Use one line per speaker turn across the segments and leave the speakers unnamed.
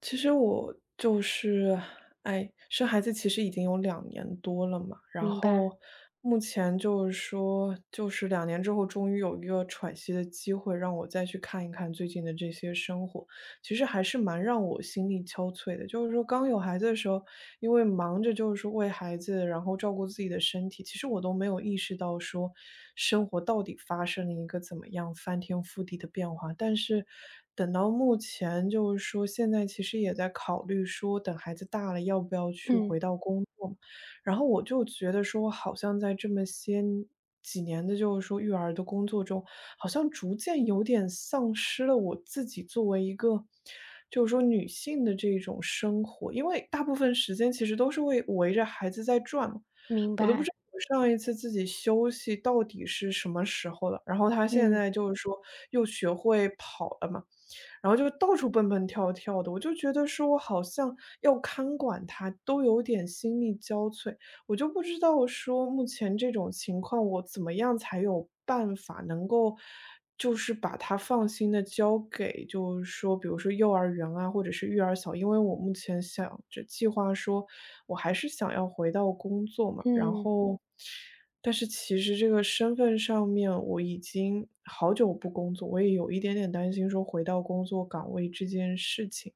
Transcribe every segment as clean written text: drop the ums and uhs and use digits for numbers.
其实我就是，哎，生孩子其实已经有两年多了嘛，然
明白。
后目前就是说，就是两年之后终于有一个喘息的机会，让我再去看一看最近的这些生活。其实还是蛮让我心力憔悴的。就是说刚有孩子的时候，因为忙着就是说为孩子，然后照顾自己的身体，其实我都没有意识到说生活到底发生了一个怎么样翻天覆地的变化。但是等到目前，就是说现在其实也在考虑说，等孩子大了要不要去
嗯，
回到工作。然后我就觉得说，好像在这么些几年的就是说育儿的工作中，好像逐渐有点丧失了我自己作为一个就是说女性的这种生活，因为大部分时间其实都是为围着孩子在转嘛。
明
我都不知道
白。
我上一次自己休息到底是什么时候了。然后他现
嗯，
在就是说又学会跑了嘛，然后就到处蹦蹦跳跳的，我就觉得说我好像要看管他都有点心力交瘁。我就不知道说目前这种情况，我怎么样才有办法能够就是把它放心的交给就是说比如说幼儿园啊，或者是育儿小因为我目前想着计划说，我还是想要回到工作嘛，然
嗯，
后但是其实这个身份上面，我已经好久不工作，我也有一点点担心说回到工作岗位这件事情。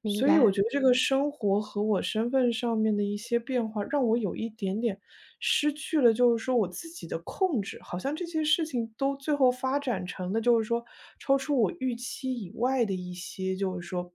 明
所以我
白。
觉得这个生活和我身份上面的一些变化，让我有一点点失去了就是说我自己的控制，好像这些事情都最后发展成了就是说，超出我预期以外的一些就是说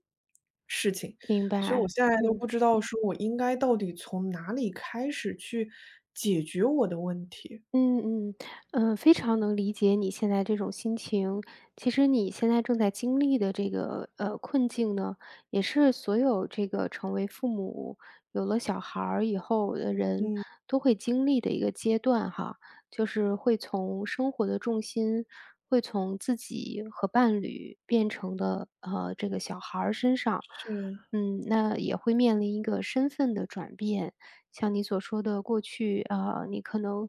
事情。
明
所以我
白。
现在都
嗯。
不知道说我应该到底从哪里开始去解决我的问题。
嗯嗯，非常能理解你现在这种心情。其实你现在正在经历的这个困境呢，也是所有这个成为父母、有了小孩儿以后的人
嗯，
都会经历的一个阶段哈，就是会从生活的重心会从自己和伴侣变成的这个小孩儿身上，
是，
嗯，那也会面临一个身份的转变。像你所说的过去，你可能，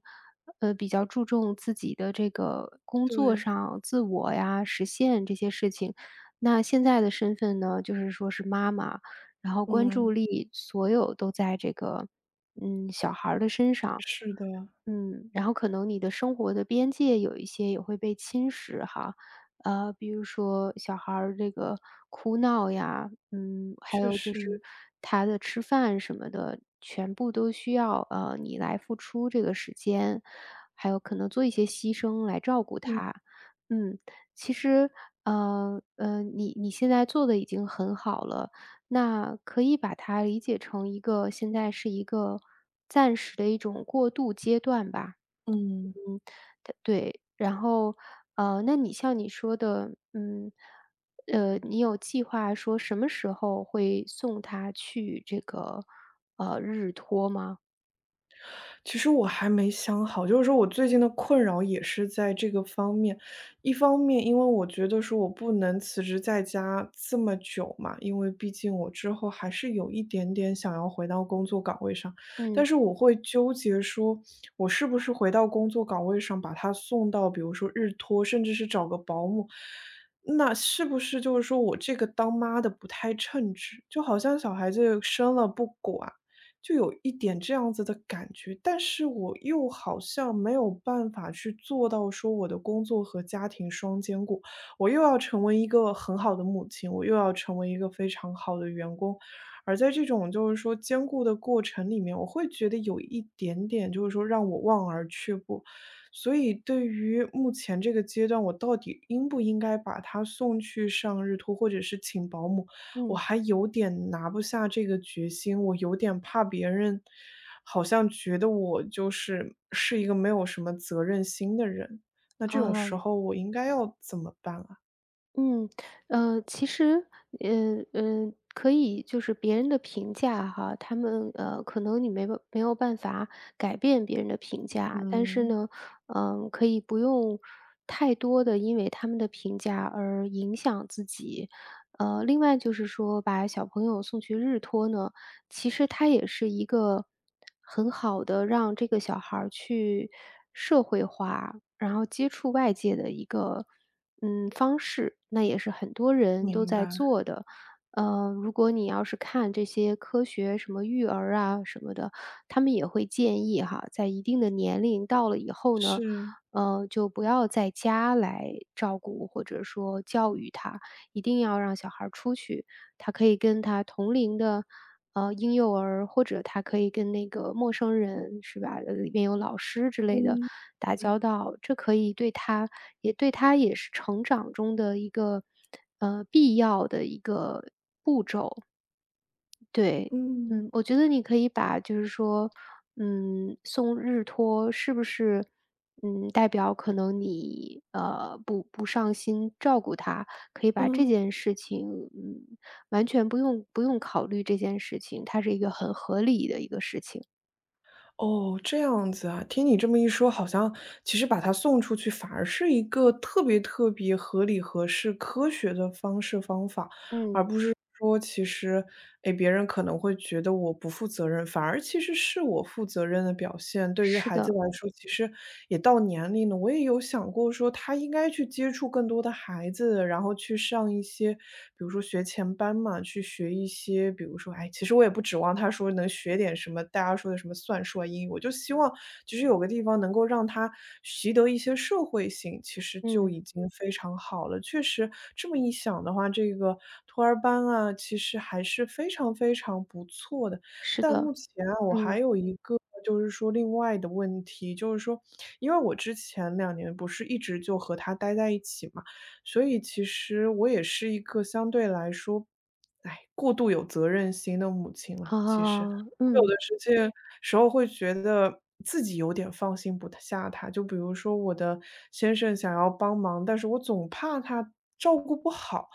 比较注重自己的这个工作
对，
上自我呀、实现这些事情。那现在的身份呢，就是说是妈妈，然后关
嗯，
注力所有都在这个，嗯，小孩儿的身上。
是的，
嗯，然后可能你的生活的边界有一些也会被侵蚀哈。比如说小孩儿这个哭闹呀，嗯，还
确
有就是
实，
他的吃饭什么的，全部都需要你来付出这个时间，还有可能做一些牺牲来照顾
嗯
他。嗯，其实你现在做的已经很好了，那可以把它理解成一个现在是一个暂时的一种过渡阶段吧。
嗯。
它对，然后，那你像你说的，嗯，你有计划说什么时候会送他去这个，日托吗？
其实我还没想好，就是说我最近的困扰也是在这个方面。一方面，因为我觉得说我不能辞职在家这么久嘛，因为毕竟我之后还是有一点点想要回到工作岗位上，但
嗯，
是我会纠结说，我是不是回到工作岗位上，把他送到比如说日托，甚至是找个保姆。那是不是就是说我这个当妈的不太称职？就好像小孩子生了不管，就有一点这样子的感觉，但是我又好像没有办法去做到说我的工作和家庭双兼顾。我又要成为一个很好的母亲，我又要成为一个非常好的员工，而在这种就是说兼顾的过程里面，我会觉得有一点点就是说让我望而却步。所以对于目前这个阶段，我到底应不应该把他送去上日托，或者是请保姆？我
嗯，
还有点拿不下这个决心，我有点怕别人好像觉得我就是一个没有什么责任心的人，那这种时
啊。
候我应该要怎么办啊？
嗯，其实，可以就是别人的评价哈，他们，可能你没有办法改变别人的评价，但是
嗯，
呢，嗯，可以不用太多的因为他们的评价而影响自己。另外就是说把小朋友送去日托呢，其实它也是一个很好的让这个小孩儿去社会化，然后接触外界的一个嗯，方式，那也是很多人都
明
在
白，
做的。如果你要是看这些科学什么育儿啊什么的，他们也会建议哈，在一定的年龄到了以后呢，
是，
就不要在家来照顾或者说教育他，一定要让小孩儿出去，他可以跟他同龄的婴幼儿，或者他可以跟那个陌生人是吧，里面有老师之类的
嗯，
打
对，
交道，这可以对他也对他也是成长中的一个，必要的一个对，
嗯，
嗯，我觉得你可以把就是说，嗯，送日托是不是，嗯，代表可能你不上心照顾他，可以把这
嗯。
件事情，嗯，完全不用考虑这件事情，它是一个很合理的一个事情。
哦，这样子啊，听你这么一说，好像其实把他送出去反而是一个特别特别合理、合适、科学的方式方法，而
嗯，
不是说其实，诶，别人可能会觉得我不负责任，反而其实是我负责任的表现。对于
是
孩子来
的，
说，其实也到年龄了，我也有想过说他应该去接触更多的孩子，然后去上一些，比如说学前班嘛，去学一些。比如说，哎，其实我也不指望他说能学点什么大家说的什么算术啊、英语，我就希望就是有个地方能够让他习得一些社会性，其实就
嗯，
已经非常好了。确实这么一想的话，这个托儿班啊，其实还是非常非常不错的。
是
但目
的，
前啊，我还
嗯，
有一个就是说另外的问题，就是说，因为我之前两年不是一直就和他待在一起嘛，所以其实我也是一个相对来说，哎，过度有责任心的母亲了，其实。
啊，
我有
嗯
的时候会觉得自己有点放心不下他，就比如说我的先生想要帮忙，但是我总怕他照顾不好，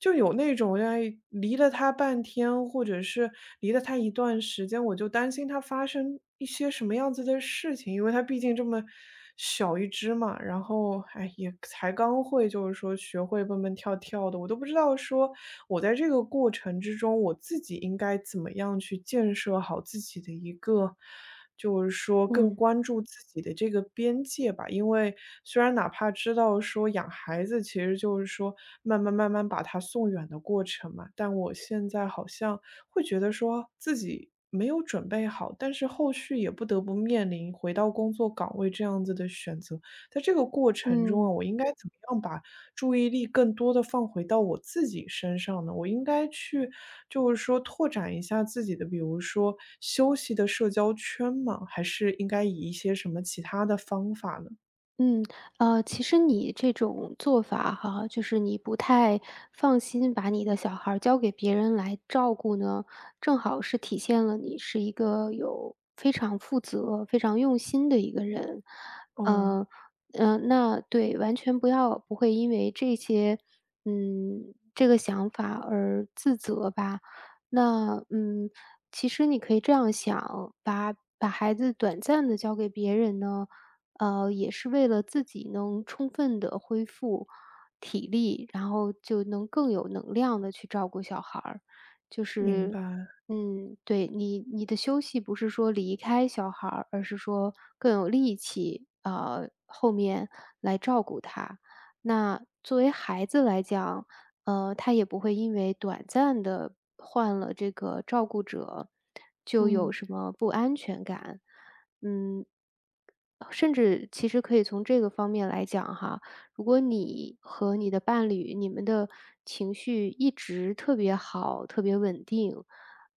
就有那种哎，离了他半天，或者是离了他一段时间，我就担心他发生一些什么样子的事情，因为他毕竟这么小一只嘛，然后哎，也才刚会，就是说学会蹦蹦跳跳的，我都不知道说我在这个过程之中，我自己应该怎么样去建设好自己的一个。就是说更
嗯
关注自己的这个边界吧。因为虽然哪怕知道说养孩子其实就是说慢慢慢慢把他送远的过程嘛，但我现在好像会觉得说自己没有准备好，但是后续也不得不面临回到工作岗位这样子的选择。在这个过程中啊，
嗯。
我应该怎么样把注意力更多的放回到我自己身上呢？我应该去就是说拓展一下自己的，比如说休息的社交圈吗？还是应该以一些什么其他的方法呢？
嗯，其实你这种做法哈，就是你不太放心把你的小孩儿交给别人来照顾呢，正好是体现了你是一个有非常负责、非常用心的一个人。
哦，
呃，那对，完全不会因为这些，嗯，这个想法而自责吧。那嗯，其实你可以这样想，把孩子短暂的交给别人呢。也是为了自己能充分的恢复体力，然后就能更有能量的去照顾小孩儿。就
明
是
白，
嗯，对，你的休息不是说离开小孩儿，而是说更有力气，后面来那作为孩子来讲，他也不会因为短暂的换了这个照顾者，就有
嗯，
什么不安全感。嗯，甚至其实可以从这个方面来讲哈，如果你和你的伴侣，你们的情绪一直特别好、特别稳定，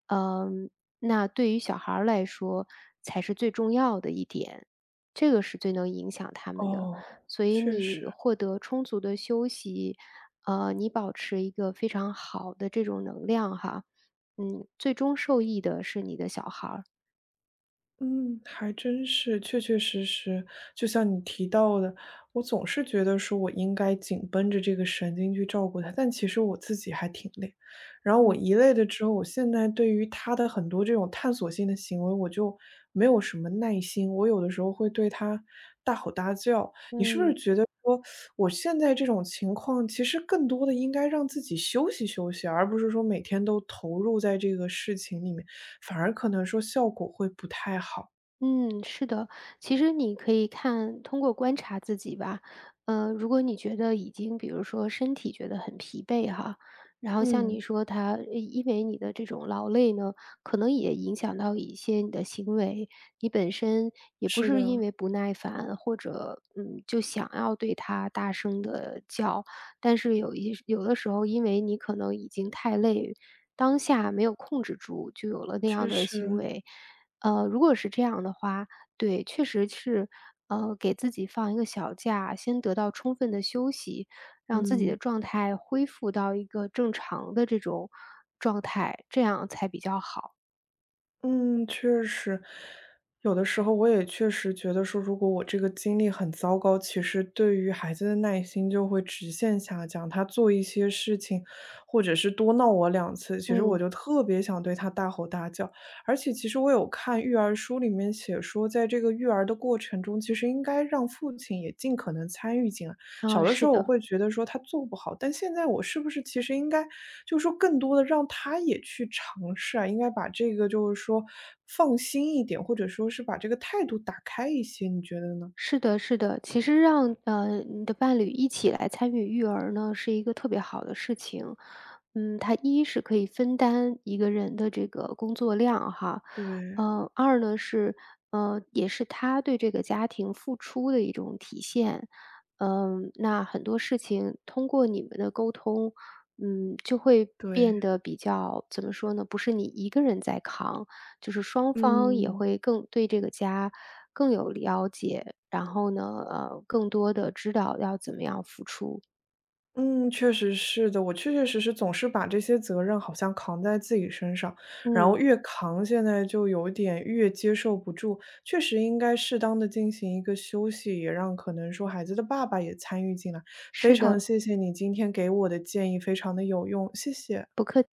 嗯，那对于小孩儿来说才是最重要的一点，这个是最能影响他们的。
哦，
所以
确实。
你获得充足的休息，你保持一个非常好的这种能量哈，嗯，最终受益的是你的小孩儿。
嗯，还真是，确确实实，就像你提到的，我总是觉得说我应该紧绷着这个神经去照顾他，但其实我自己还挺累。然后我
嗯。
一累了之后，我现在对于他的很多这种探索性的行为，我就没有什么耐心。我有的时候会对他大吼大叫，你是不
嗯
是
嗯。
觉得说，我现在这种情况，其实更多的应该让自己休息休息，而不是说每天都投入在这个事情里面，反而可能说效果会不太好。
嗯，是的，其实你可以看，通过观察自己吧。如果你觉得已经，比如说身体觉得很疲惫哈，然后像你
嗯，
说他，因为你的这种劳累呢，可能也影响到一些你的行为，你本身也不
是
是因
的，
为不耐烦或者就想要对他大声的叫，但是有的时候，因为你可能已经太累，当下没有控制住，就有了那
确
样的行
实，
为。如果是这样的话，对，确实是，给自己放一个小假，先得到充分的休息，让自己的
嗯。
状态恢复到一个正常的这种状态，这样才比较好。
嗯，确实，有的时候我也确实觉得说，如果我这个经历很糟糕，其实对于孩子的耐心就会直线下降。他做一些事情，或者是多闹我两次，其实我
嗯，
就特别想对他大吼大叫。而且，其实我有看育儿书里面写说，在这个育儿的过程中，其实应该让父亲也尽可能参与进来。小
啊，
的时
是
候我
的。
会觉得说他做不好，但现在我是不是其实应该就是说更多的让他也去尝试啊，应该把这个就是说放心一点，或者说是把这个态度打开一些，你觉得呢？
是的，是的，其实让你的伴侣一起来参与育儿呢，是一个特别好的事情。嗯，它一是可以分担一个人的这个工作量哈，
对
二呢是也是他对这个家庭付出的一种体现。嗯，那很多事情通过你们的沟通，嗯，就会
对，
变得比较怎么说呢？不是你一个人在扛，就是双方也
嗯
会更对这个家更有了解，然后呢，更多的知道要怎么样付出。
嗯，确实是的，我确确实实总是把这些责任好像扛在自己身上，然后
嗯，
越扛，现在就有点越接受不住。确实应该适当的进行一个休息，也让可能说孩子的爸爸也参与进来。非
是
常
的，
谢谢你今天给我的建议，非常的有用，谢谢。
不客气。